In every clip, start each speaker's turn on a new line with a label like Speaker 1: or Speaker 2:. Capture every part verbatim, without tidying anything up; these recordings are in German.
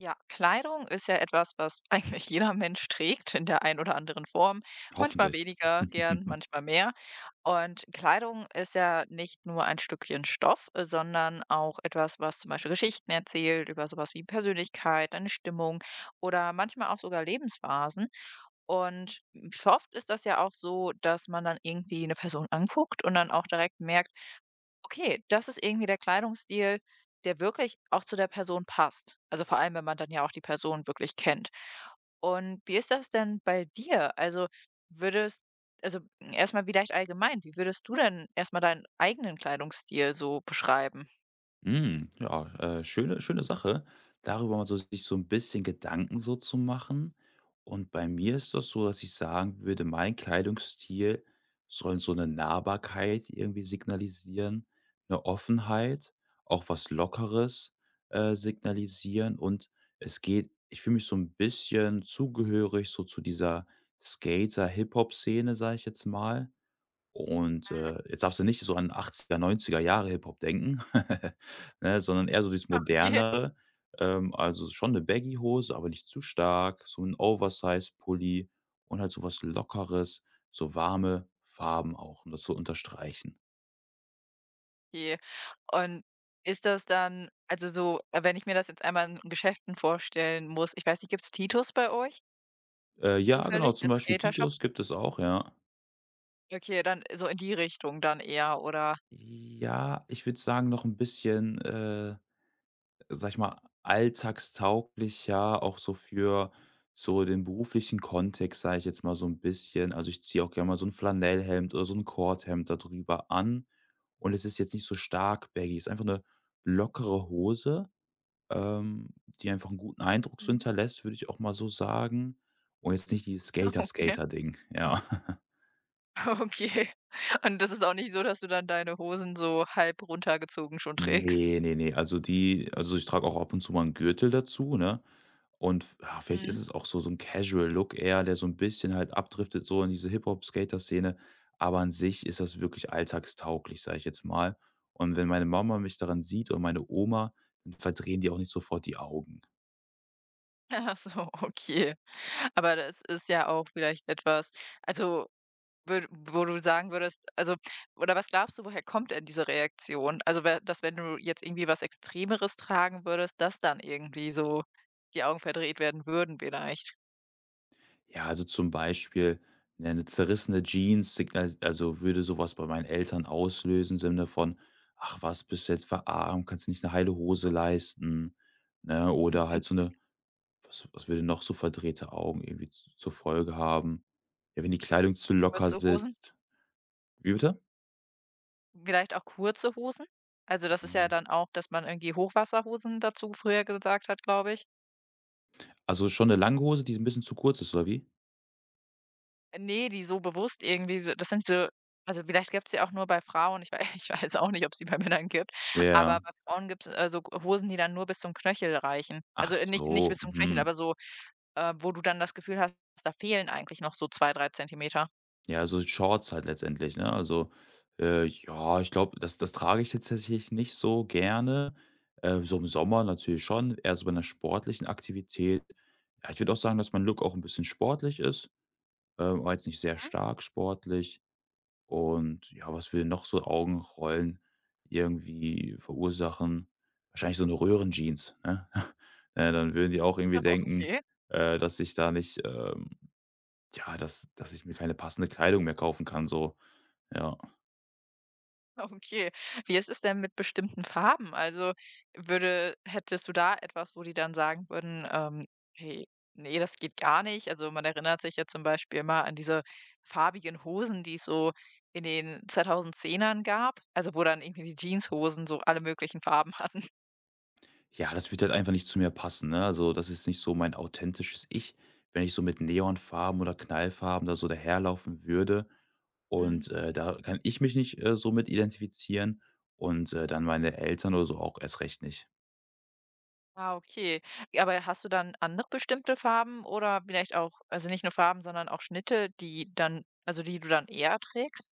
Speaker 1: Ja, Kleidung ist ja etwas, was eigentlich jeder Mensch trägt in der einen oder anderen Form. Manchmal
Speaker 2: Hoffentlich.
Speaker 1: weniger gern, manchmal mehr. Und Kleidung ist ja nicht nur ein Stückchen Stoff, äh, sondern auch etwas, was zum Beispiel Geschichten erzählt, über sowas wie Persönlichkeit, eine Stimmung oder manchmal auch sogar Lebensphasen. Und oft ist das ja auch so, dass man dann irgendwie eine Person anguckt und dann auch direkt merkt, okay, das ist irgendwie der Kleidungsstil, der wirklich auch zu der Person passt. Also vor allem, wenn man dann ja auch die Person wirklich kennt. Und wie ist das denn bei dir? Also würdest, also mm, erstmal vielleicht allgemein, wie würdest du denn erstmal deinen eigenen Kleidungsstil so beschreiben?
Speaker 2: Hm, ja, äh, schöne schöne Sache, darüber mal so sich so ein bisschen Gedanken so zu machen. Und bei mir ist das so, dass ich sagen würde, mein Kleidungsstil soll so eine Nahbarkeit irgendwie signalisieren, eine Offenheit, auch was Lockeres, äh, signalisieren. Und es geht ich fühle mich so ein bisschen zugehörig so zu dieser Skater-Hip-Hop-Szene, sage ich jetzt mal. Und, äh, jetzt darfst du nicht so an achtziger, neunziger Jahre Hip-Hop denken, ne, sondern eher so dieses
Speaker 1: Okay.
Speaker 2: Modernere. Ähm, also schon eine Baggy-Hose, aber nicht zu stark, so ein Oversize-Pulli und halt so was Lockeres, so warme Farben auch, um das zu unterstreichen.
Speaker 1: Okay. Und ist das dann, also so, äh, wenn ich mir das jetzt einmal in Geschäften vorstellen muss, ich weiß nicht, gibt es Titus bei euch
Speaker 2: Äh, ja, genau,
Speaker 1: zufällig
Speaker 2: zum
Speaker 1: als
Speaker 2: Beispiel
Speaker 1: Skatershop?
Speaker 2: Titus gibt es auch, ja.
Speaker 1: Okay, dann so in die Richtung dann eher, oder?
Speaker 2: Ja, ich würde sagen, noch ein bisschen, äh sage ich mal, alltagstauglich, ja, auch so für so den beruflichen Kontext, sage ich jetzt mal so ein bisschen. Also, ich ziehe auch gerne mal so ein Flanellhemd oder so ein Cordhemd da drüber an, und es ist jetzt nicht so stark baggy. Es ist einfach eine lockere Hose, ähm, die einfach einen guten Eindruck so
Speaker 1: Mhm.
Speaker 2: hinterlässt, würde ich auch mal so sagen. Und jetzt nicht dieses
Speaker 1: Okay.
Speaker 2: Skater-Skater-Ding, ja.
Speaker 1: Okay. Und das ist auch nicht so, dass du dann deine Hosen so halb runtergezogen schon trägst?
Speaker 2: Ne, ne, ne. Also, die also, ich trage auch ab und zu mal einen Gürtel dazu, ne? Und v ja, vielleicht ist
Speaker 1: Mhm.
Speaker 2: es auch so so ein Casual Look eher, der so ein bisschen halt abdriftet so in diese Hip-Hop-Skater-Szene, aber an sich ist das wirklich alltagstauglich, sage ich jetzt mal. Und wenn meine Mama mich daran sieht und meine Oma, dann verdrehen die auch nicht sofort die Augen.
Speaker 1: Ach so, okay. Aber das ist ja auch vielleicht etwas also, wür wo du sagen würdest, also oder was glaubst du, woher kommt denn diese Reaktion? Also, we dass wenn du jetzt irgendwie was Extremeres tragen würdest, dass dann irgendwie so die Augen verdreht werden würden vielleicht?
Speaker 2: Ja, also zum Beispiel, ne, 'ne zerrissene Jeans signals also würde sowas bei meinen Eltern auslösen, im Sinne von: „Ach was, bist du etwa arm? Kannst du nicht eine heile Hose leisten?“ Ne? Oder halt so eine Was was würde noch so verdrehte Augen irgendwie z zur Folge haben? Ja, wenn die Kleidung zu locker
Speaker 1: Kurze Hosen?
Speaker 2: sitzt. Wie bitte?
Speaker 1: Vielleicht auch kurze Hosen? Also, das ist ja
Speaker 2: Mhm.
Speaker 1: dann auch, dass man irgendwie Hochwasserhosen dazu früher gesagt hat, glaube ich.
Speaker 2: Also, schon eine lange Hose, die ein bisschen zu kurz ist, oder wie?
Speaker 1: Ne, die so bewusst irgendwie so, das sind so, also vielleicht gibt es die auch nur bei Frauen, ich wei ich weiß auch nicht, ob es die bei Männern gibt,
Speaker 2: Ja.
Speaker 1: aber bei Frauen gibt's, äh, so Hosen, die dann nur bis zum Knöchel reichen.
Speaker 2: Ach
Speaker 1: Also, äh, nicht nicht
Speaker 2: so,
Speaker 1: bis zum Knöchel,
Speaker 2: mhm.
Speaker 1: aber so, äh, wo du dann das Gefühl hast, da fehlen eigentlich noch so zwei drei Zentimeter.
Speaker 2: Ja, so Shorts halt letztendlich, ne? Also, äh, ja, ich glaube, das das trage ich jetzt tatsächlich nicht so gerne. Äh, so im Sommer natürlich schon, eher so bei einer sportlichen Aktivität. Ja, ich würde auch sagen, dass mein Look auch ein bisschen sportlich ist, ähm, aber jetzt nicht sehr stark sportlich. Und ja, was will noch so Augenrollen irgendwie verursachen? Wahrscheinlich so eine Röhrenjeans, ne? Äh, dann würden die auch irgendwie denken,
Speaker 1: Okay.
Speaker 2: äh, dass ich da nicht, ähm ja, dass dass ich mir keine passende Kleidung mehr kaufen kann so, ja.
Speaker 1: Okay. Wie ist es denn mit bestimmten Farben? Also, würde hättest du da etwas, wo die dann sagen würden, ähm: „Hey, ne, das geht gar nicht.“ Also, man erinnert sich ja zum Beispiel immer an diese farbigen Hosen, die es so in den zweitausendzehnern gab, also, wo dann irgendwie die Jeanshosen so alle möglichen Farben hatten.
Speaker 2: Ja, das wird halt einfach nicht zu mir passen, ne? Also, das ist nicht so mein authentisches Ich, wenn ich so mit Neonfarben oder Knallfarben da so daherlaufen würde.
Speaker 1: Mhm.
Speaker 2: Und, äh, da kann ich mich nicht, äh, so mit identifizieren, und, äh, dann meine Eltern oder so auch erst recht nicht.
Speaker 1: Ah, okay. Ja, aber hast du dann andere bestimmte Farben oder vielleicht auch, also, nicht nur Farben, sondern auch Schnitte, die dann, also, die du dann eher trägst?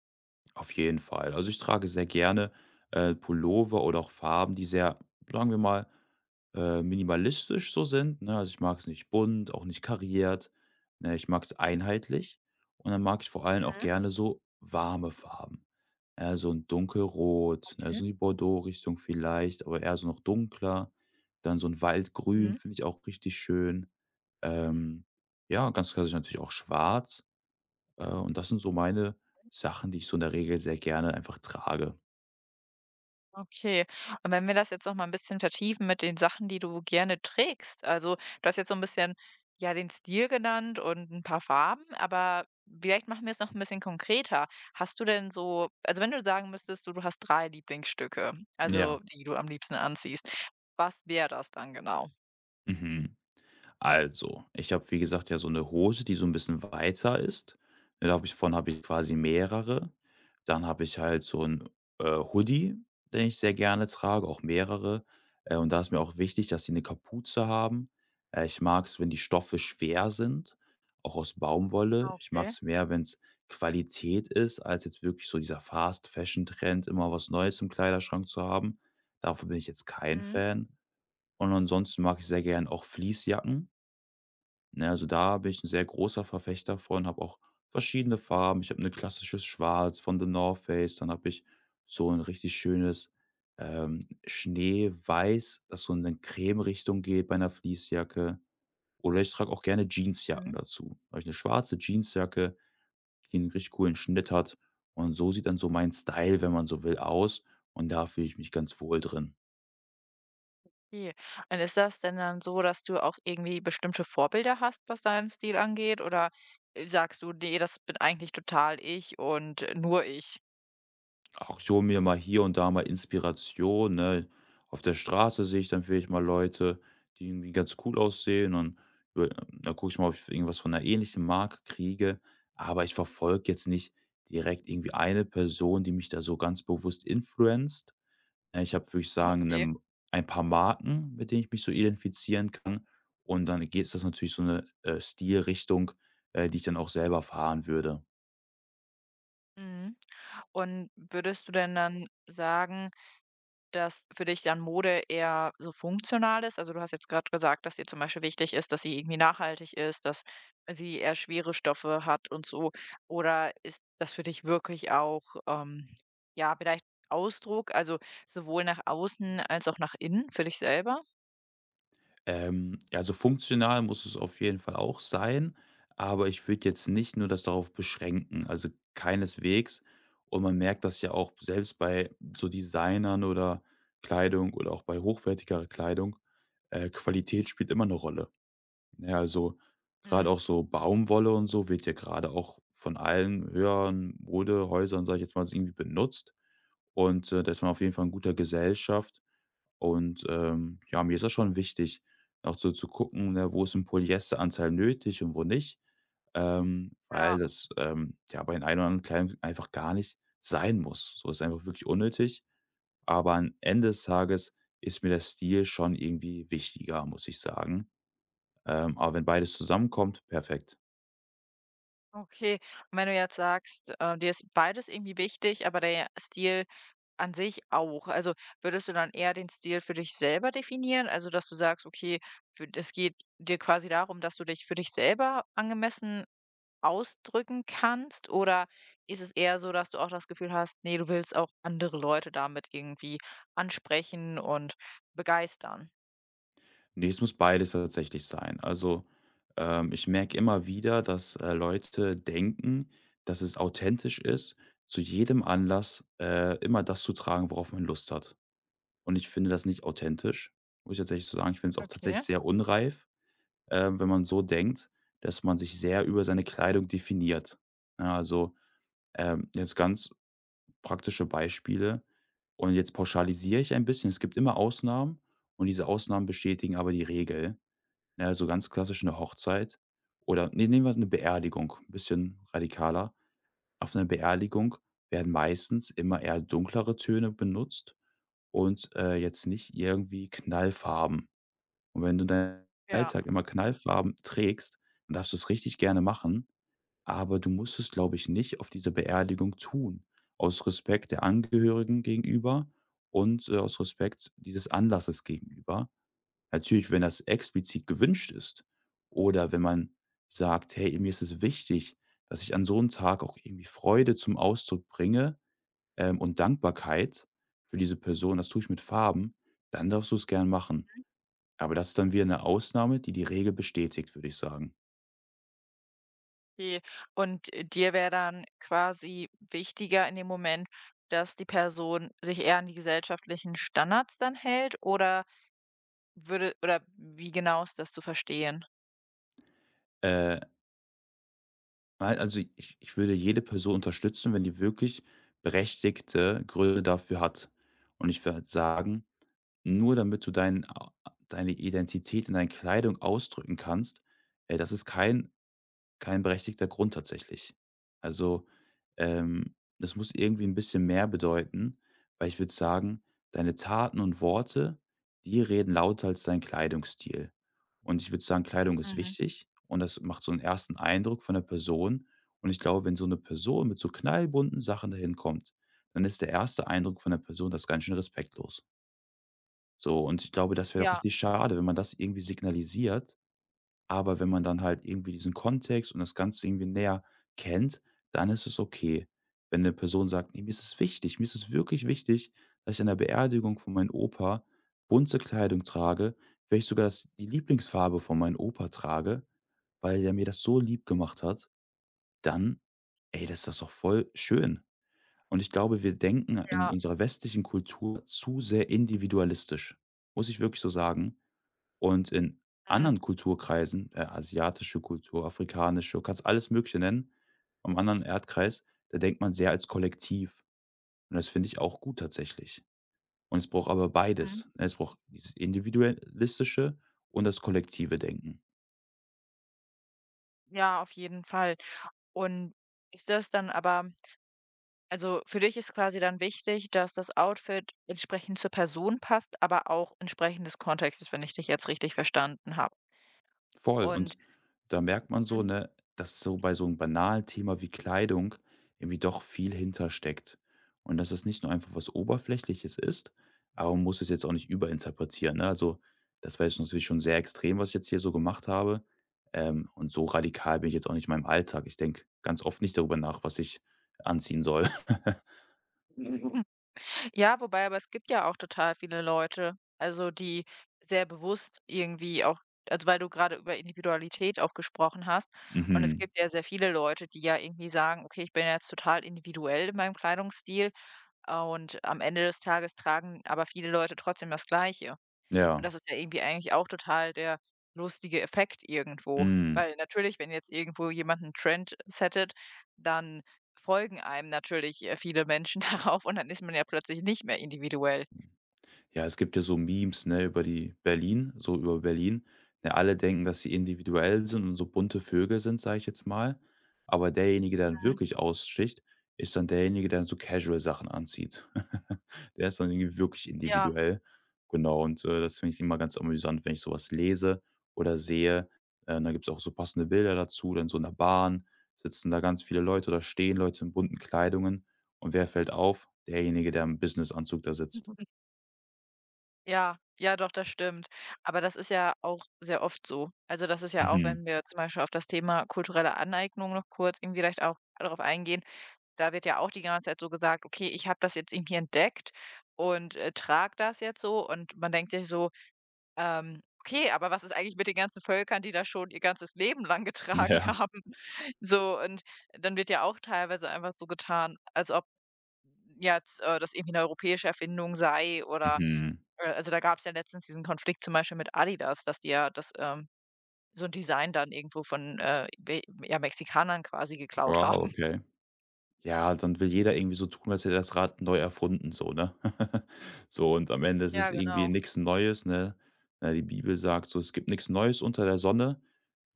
Speaker 2: Auf jeden Fall. Also, ich trage sehr gerne, äh, Pullover oder auch Farben, die sehr, sagen wir mal, äh, minimalistisch so sind, ne? Also, ich mag es nicht bunt, auch nicht kariert, ne? Ich mag es einheitlich, und dann mag ich vor allem auch
Speaker 1: Mhm.
Speaker 2: gerne so warme Farben. Ja, so 'n Dunkelrot, ne, so
Speaker 1: Okay.
Speaker 2: in die Bordeaux-Richtung vielleicht, aber eher so noch dunkler. Dann so ein Waldgrün
Speaker 1: Mhm.
Speaker 2: finde ich auch richtig schön. Ähm, ja, ganz klassisch natürlich auch schwarz. Äh, und das sind so meine Sachen, die ich so in der Regel sehr gerne einfach trage.
Speaker 1: Okay. Und wenn wir das jetzt noch mal ein bisschen vertiefen mit den Sachen, die du gerne trägst. Also, du hast jetzt so ein bisschen, ja, den Stil genannt und ein paar Farben, aber vielleicht machen wir es noch ein bisschen konkreter. Hast du denn so, also, wenn du sagen müsstest, du du hast drei Lieblingsstücke,
Speaker 2: Ja.
Speaker 1: also, die du am liebsten anziehst, was wäre das dann genau?
Speaker 2: Mhm. Also, ich habe, wie gesagt, ja so eine Hose, die so ein bisschen weiter ist. Ne, da habe ich von habe ich quasi mehrere. Dann habe ich halt so ein äh, Hoodie, den ich sehr gerne trage, auch mehrere. Äh, und da ist mir auch wichtig, dass die eine Kapuze haben. Äh, ich mag es, wenn die Stoffe schwer sind, auch aus Baumwolle. Ich mag
Speaker 1: Okay.
Speaker 2: es mehr, wenn es Qualität ist, als jetzt wirklich so dieser Fast-Fashion-Trend, immer was Neues im Kleiderschrank zu haben. Davon bin ich jetzt kein
Speaker 1: Mhm.
Speaker 2: Fan. Und ansonsten mag ich sehr gern auch Fleecejacken. Ne, also da bin ich ein sehr großer Verfechter von, habe auch verschiedene Farben. Ich habe ein klassisches Schwarz von The North Face, dann habe ich so ein richtig schönes, ähm, Schneeweiß, das so in eine Creme Richtung geht bei einer Fleecejacke. Oder ich trage auch gerne Jeansjacken
Speaker 1: Mhm.
Speaker 2: dazu. Da habe ich 'ne schwarze Jeansjacke, die einen richtig coolen Schnitt hat, und so sieht dann so mein Style, wenn man so will, aus, und da fühle ich mich ganz wohl drin.
Speaker 1: Okay. Und ist das denn dann so, dass du auch irgendwie bestimmte Vorbilder hast, was deinen Stil angeht? Oder, äh, sagst du: „Nee, das bin eigentlich total ich und äh, nur ich?“
Speaker 2: Auch ich hole mir mal hier und da mal Inspiration, ne? Auf der Straße sehe ich dann vielleicht mal Leute, die irgendwie ganz cool aussehen, und über dann gucke ich mal, ob ich irgendwas von einer ähnlichen Marke kriege. Aber ich verfolge jetzt nicht direkt irgendwie eine Person, die mich da so ganz bewusst influenced. Ja, ich habe, würde ich sagen,
Speaker 1: Okay.
Speaker 2: 'ne ein paar Marken, mit denen ich mich so identifizieren kann. Und dann geht es das natürlich so eine äh, Stilrichtung, äh, die ich dann auch selber fahren würde.
Speaker 1: Mhm. Und würdest du denn dann sagen, dass für dich dann Mode eher so funktional ist? Also, du hast jetzt gerade gesagt, dass dir zum Beispiel wichtig ist, dass sie irgendwie nachhaltig ist, dass sie eher schwere Stoffe hat und so. Oder ist das für dich wirklich auch, ähm, ja, vielleicht Ausdruck, also sowohl nach außen als auch nach innen für dich selber?
Speaker 2: Ähm, also funktional muss es auf jeden Fall auch sein, aber ich würde jetzt nicht nur das darauf beschränken, also keineswegs. Und man merkt das ja auch selbst bei so Designern oder Kleidung oder auch bei hochwertigerer Kleidung, äh, Qualität spielt immer eine Rolle. Ja, also gerade
Speaker 1: Mhm.
Speaker 2: auch so Baumwolle und so wird ja gerade auch von allen höheren Modehäusern, sage ich jetzt mal, irgendwie benutzt. Und, äh, da ist man auf jeden Fall in guter Gesellschaft. Und, ähm, ja, mir ist das schon wichtig, auch so zu gucken, ne, wo ist ein Polyesteranteil nötig und wo nicht, ähm, weil
Speaker 1: Ja.
Speaker 2: das, ähm, ja, bei den ein oder anderen Kleidung einfach gar nicht sein muss. So, ist einfach wirklich unnötig, aber am Ende des Tages ist mir der Stil schon irgendwie wichtiger, muss ich sagen. Ähm, aber wenn beides zusammenkommt, perfekt.
Speaker 1: Okay, und wenn du jetzt sagst, äh, dir ist beides irgendwie wichtig, aber der Stil an sich auch. Also, würdest du dann eher den Stil für dich selber definieren? Also, dass du sagst, okay, für, es geht dir quasi darum, dass du dich für dich selber angemessen ausdrücken kannst? Oder ist es eher so, dass du auch das Gefühl hast, nee, du willst auch andere Leute damit irgendwie ansprechen und begeistern?
Speaker 2: Ne, es muss beides tatsächlich sein. Also, ähm, ich merke immer wieder, dass, äh, Leute denken, dass es authentisch ist, zu jedem Anlass, äh, immer das zu tragen, worauf man Lust hat. Und ich finde das nicht authentisch, muss ich tatsächlich so sagen. Ich finde es auch tatsächlich
Speaker 1: Okay,
Speaker 2: sehr unreif, äh, wenn man so denkt, dass man sich sehr über seine Kleidung definiert. Ja, also, ähm, jetzt ganz praktische Beispiele, und jetzt pauschalisiere ich ein bisschen. Es gibt immer Ausnahmen, und diese Ausnahmen bestätigen aber die Regel. Na ja, so ganz klassisch eine Hochzeit oder, ne, nehmen wir eine Beerdigung, 'n bisschen radikaler. Auf einer Beerdigung werden meistens immer eher dunklere Töne benutzt, und, äh, jetzt nicht irgendwie Knallfarben. Und wenn du deinen
Speaker 1: ja.
Speaker 2: Alltag immer Knallfarben trägst, dann darfst du es richtig gerne machen, aber du musst es, glaube ich, nicht auf dieser Beerdigung tun. Aus Respekt der Angehörigen gegenüber und, äh, aus Respekt dieses Anlasses gegenüber. Natürlich, wenn das explizit gewünscht ist oder wenn man sagt: „Hey, mir ist es wichtig, dass ich an so einem Tag auch irgendwie Freude zum Ausdruck bringe, ähm, und Dankbarkeit für diese Person. Das tue ich mit Farben“, dann darfst du es gern machen. Aber das ist dann wieder eine Ausnahme, die die Regel bestätigt, würde ich sagen.
Speaker 1: Okay. Und, äh, dir wäre dann quasi wichtiger in dem Moment, dass die Person sich eher an die gesellschaftlichen Standards dann hält oder würde oder wie genau ist das zu verstehen?
Speaker 2: Äh, al also, ich ich würde jede Person unterstützen, wenn die wirklich berechtigte Gründe dafür hat. Und ich würde halt sagen: nur damit du dein a deine Identität in deiner Kleidung ausdrücken kannst, äh, das ist kein kein berechtigter Grund tatsächlich. Also, ähm, das muss irgendwie ein bisschen mehr bedeuten, weil ich würde sagen, deine Taten und Worte, die reden lauter als dein Kleidungsstil. Und ich würde sagen, Kleidung ist
Speaker 1: Mhm.
Speaker 2: wichtig, und das macht so einen ersten Eindruck von der Person. Und ich glaube, wenn so eine Person mit so knallbunten Sachen dahin kommt, dann ist der erste Eindruck von der Person das ganz schön respektlos. So, und ich glaube, das wäre doch
Speaker 1: Ja,
Speaker 2: richtig schade, wenn man das irgendwie signalisiert. Aber wenn man dann halt irgendwie diesen Kontext und das Ganze irgendwie näher kennt, dann ist es okay. Wenn eine Person sagt: „Ne, mir ist es wichtig mir ist es wirklich wichtig, dass ich an der Beerdigung von meinem Opa bunte Kleidung trage, vielleicht sogar das die Lieblingsfarbe von meinem Opa trage, weil der mir das so lieb gemacht hat“, dann, ey, das ist das doch voll schön. Und ich glaube, wir denken in
Speaker 1: ja.
Speaker 2: unserer westlichen Kultur zu sehr individualistisch. Muss ich wirklich so sagen. Und in
Speaker 1: Mhm,
Speaker 2: anderen Kulturkreisen, äh, asiatische Kultur, afrikanische, kannst alles Mögliche nennen, am anderen Erdkreis, da denkt man sehr als Kollektiv. Und das finde ich auch gut tatsächlich. Und es braucht aber
Speaker 1: mhm.
Speaker 2: beides, ne? Es braucht dieses individualistische und das kollektive Denken.
Speaker 1: Ja, auf jeden Fall. Und ist das dann aber, also, für dich ist quasi dann wichtig, dass das Outfit entsprechend zur Person passt, aber auch entsprechend des Kontextes, wenn ich dich jetzt richtig verstanden habe.
Speaker 2: Voll. Und
Speaker 1: Und
Speaker 2: da merkt man so, ne, dass so bei so einem banalen Thema wie Kleidung irgendwie doch viel hintersteckt. Und dass es nicht nur einfach was Oberflächliches ist, aber man muss es jetzt auch nicht überinterpretieren, ne? Also, das war jetzt natürlich schon sehr extrem, was ich jetzt hier so gemacht habe. Ähm, und so radikal bin ich jetzt auch nicht in meinem Alltag. Ich denke ganz oft nicht darüber nach, was ich anziehen soll.
Speaker 1: mhm. Ja, wobei, aber es gibt ja auch total viele Leute, also die sehr bewusst irgendwie auch, also weil du gerade über Individualität auch gesprochen hast, und es
Speaker 2: Mhm.
Speaker 1: gibt ja sehr viele Leute, die ja irgendwie sagen: „Okay, ich bin ja jetzt total individuell in meinem Kleidungsstil“, äh, und am Ende des Tages tragen aber viele Leute trotzdem das Gleiche. Und
Speaker 2: Ja.
Speaker 1: das ist ja irgendwie eigentlich auch total der lustige Effekt irgendwo.
Speaker 2: Mhm.
Speaker 1: Weil natürlich, wenn jetzt irgendwo jemand einen Trend settet, dann folgen einem natürlich, äh, viele Menschen darauf und dann ist man ja plötzlich nicht mehr individuell.
Speaker 2: Ja, es gibt ja so Memes, ne, über die Berlin so über Berlin. Ne, alle denken, dass sie individuell sind und so bunte Vögel sind, sage ich jetzt mal. Aber derjenige, der dann
Speaker 1: Mhm.
Speaker 2: wirklich aussticht, ist dann derjenige, der dann so casual Sachen anzieht. Der ist dann irgendwie wirklich
Speaker 1: Ja.
Speaker 2: individuell. Genau, und, äh, das finde ich immer ganz amüsant, wenn ich sowas lese oder sehe. Äh, und da gibt's auch so passende Bilder dazu, dann so in der Bahn sitzen da ganz viele Leute oder stehen Leute in bunten Kleidungen. Und wer fällt auf? Derjenige, der im Businessanzug da sitzt.
Speaker 1: Ja, ja, doch, das stimmt. Aber das ist ja auch sehr oft so. Also, das ist ja auch,
Speaker 2: Mhm.
Speaker 1: wenn wir zum Beispiel auf das Thema kulturelle Aneignung noch kurz irgendwie vielleicht auch darauf eingehen, da wird ja auch die ganze Zeit so gesagt: „Okay, ich habe das jetzt irgendwie entdeckt und, äh, trage das jetzt so.“ Und man denkt sich so: Ähm, okay, aber was ist eigentlich mit den ganzen Völkern, die das schon ihr ganzes Leben lang getragen
Speaker 2: Ja.
Speaker 1: haben?“ So, und dann wird ja auch teilweise einfach so getan, als ob jetzt, äh, das irgendwie eine europäische Erfindung sei oder
Speaker 2: Mhm.
Speaker 1: äh, also, da gab es ja letztens diesen Konflikt zum Beispiel mit Adidas, dass die ja das, ähm so ein Design dann irgendwo von, äh, we ja, Mexikanern quasi geklaut
Speaker 2: Wow,
Speaker 1: haben.
Speaker 2: okay. Ja, dann will jeder irgendwie so tun, als hätte er das Rad neu erfunden, so, ne? So, und am Ende ist es
Speaker 1: Ja,
Speaker 2: irgendwie
Speaker 1: genau.
Speaker 2: nichts Neues, ne? Ja, die Bibel sagt so: „Es gibt nichts Neues unter der Sonne“,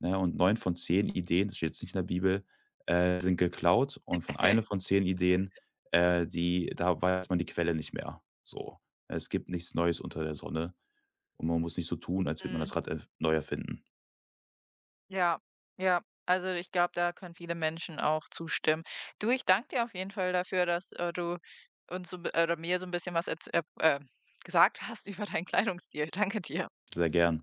Speaker 2: ne? Und neun von zehn Ideen, das steht jetzt nicht in der Bibel, äh, sind geklaut, und von einer von zehn Ideen, äh, die da weiß man die Quelle nicht mehr. So. Es gibt nichts Neues unter der Sonne, und man muss nicht so tun, als würde man
Speaker 1: Mhm.
Speaker 2: das Rad erf neu erfinden.
Speaker 1: Ja, ja. Also, ich glaube, da können viele Menschen auch zustimmen. Du, ich danke dir auf jeden Fall dafür, dass, äh, du uns so bi oder mir so ein bisschen was erz äh, äh, gesagt hast über deinen Kleidungsstil. Danke dir.
Speaker 2: Sehr gern.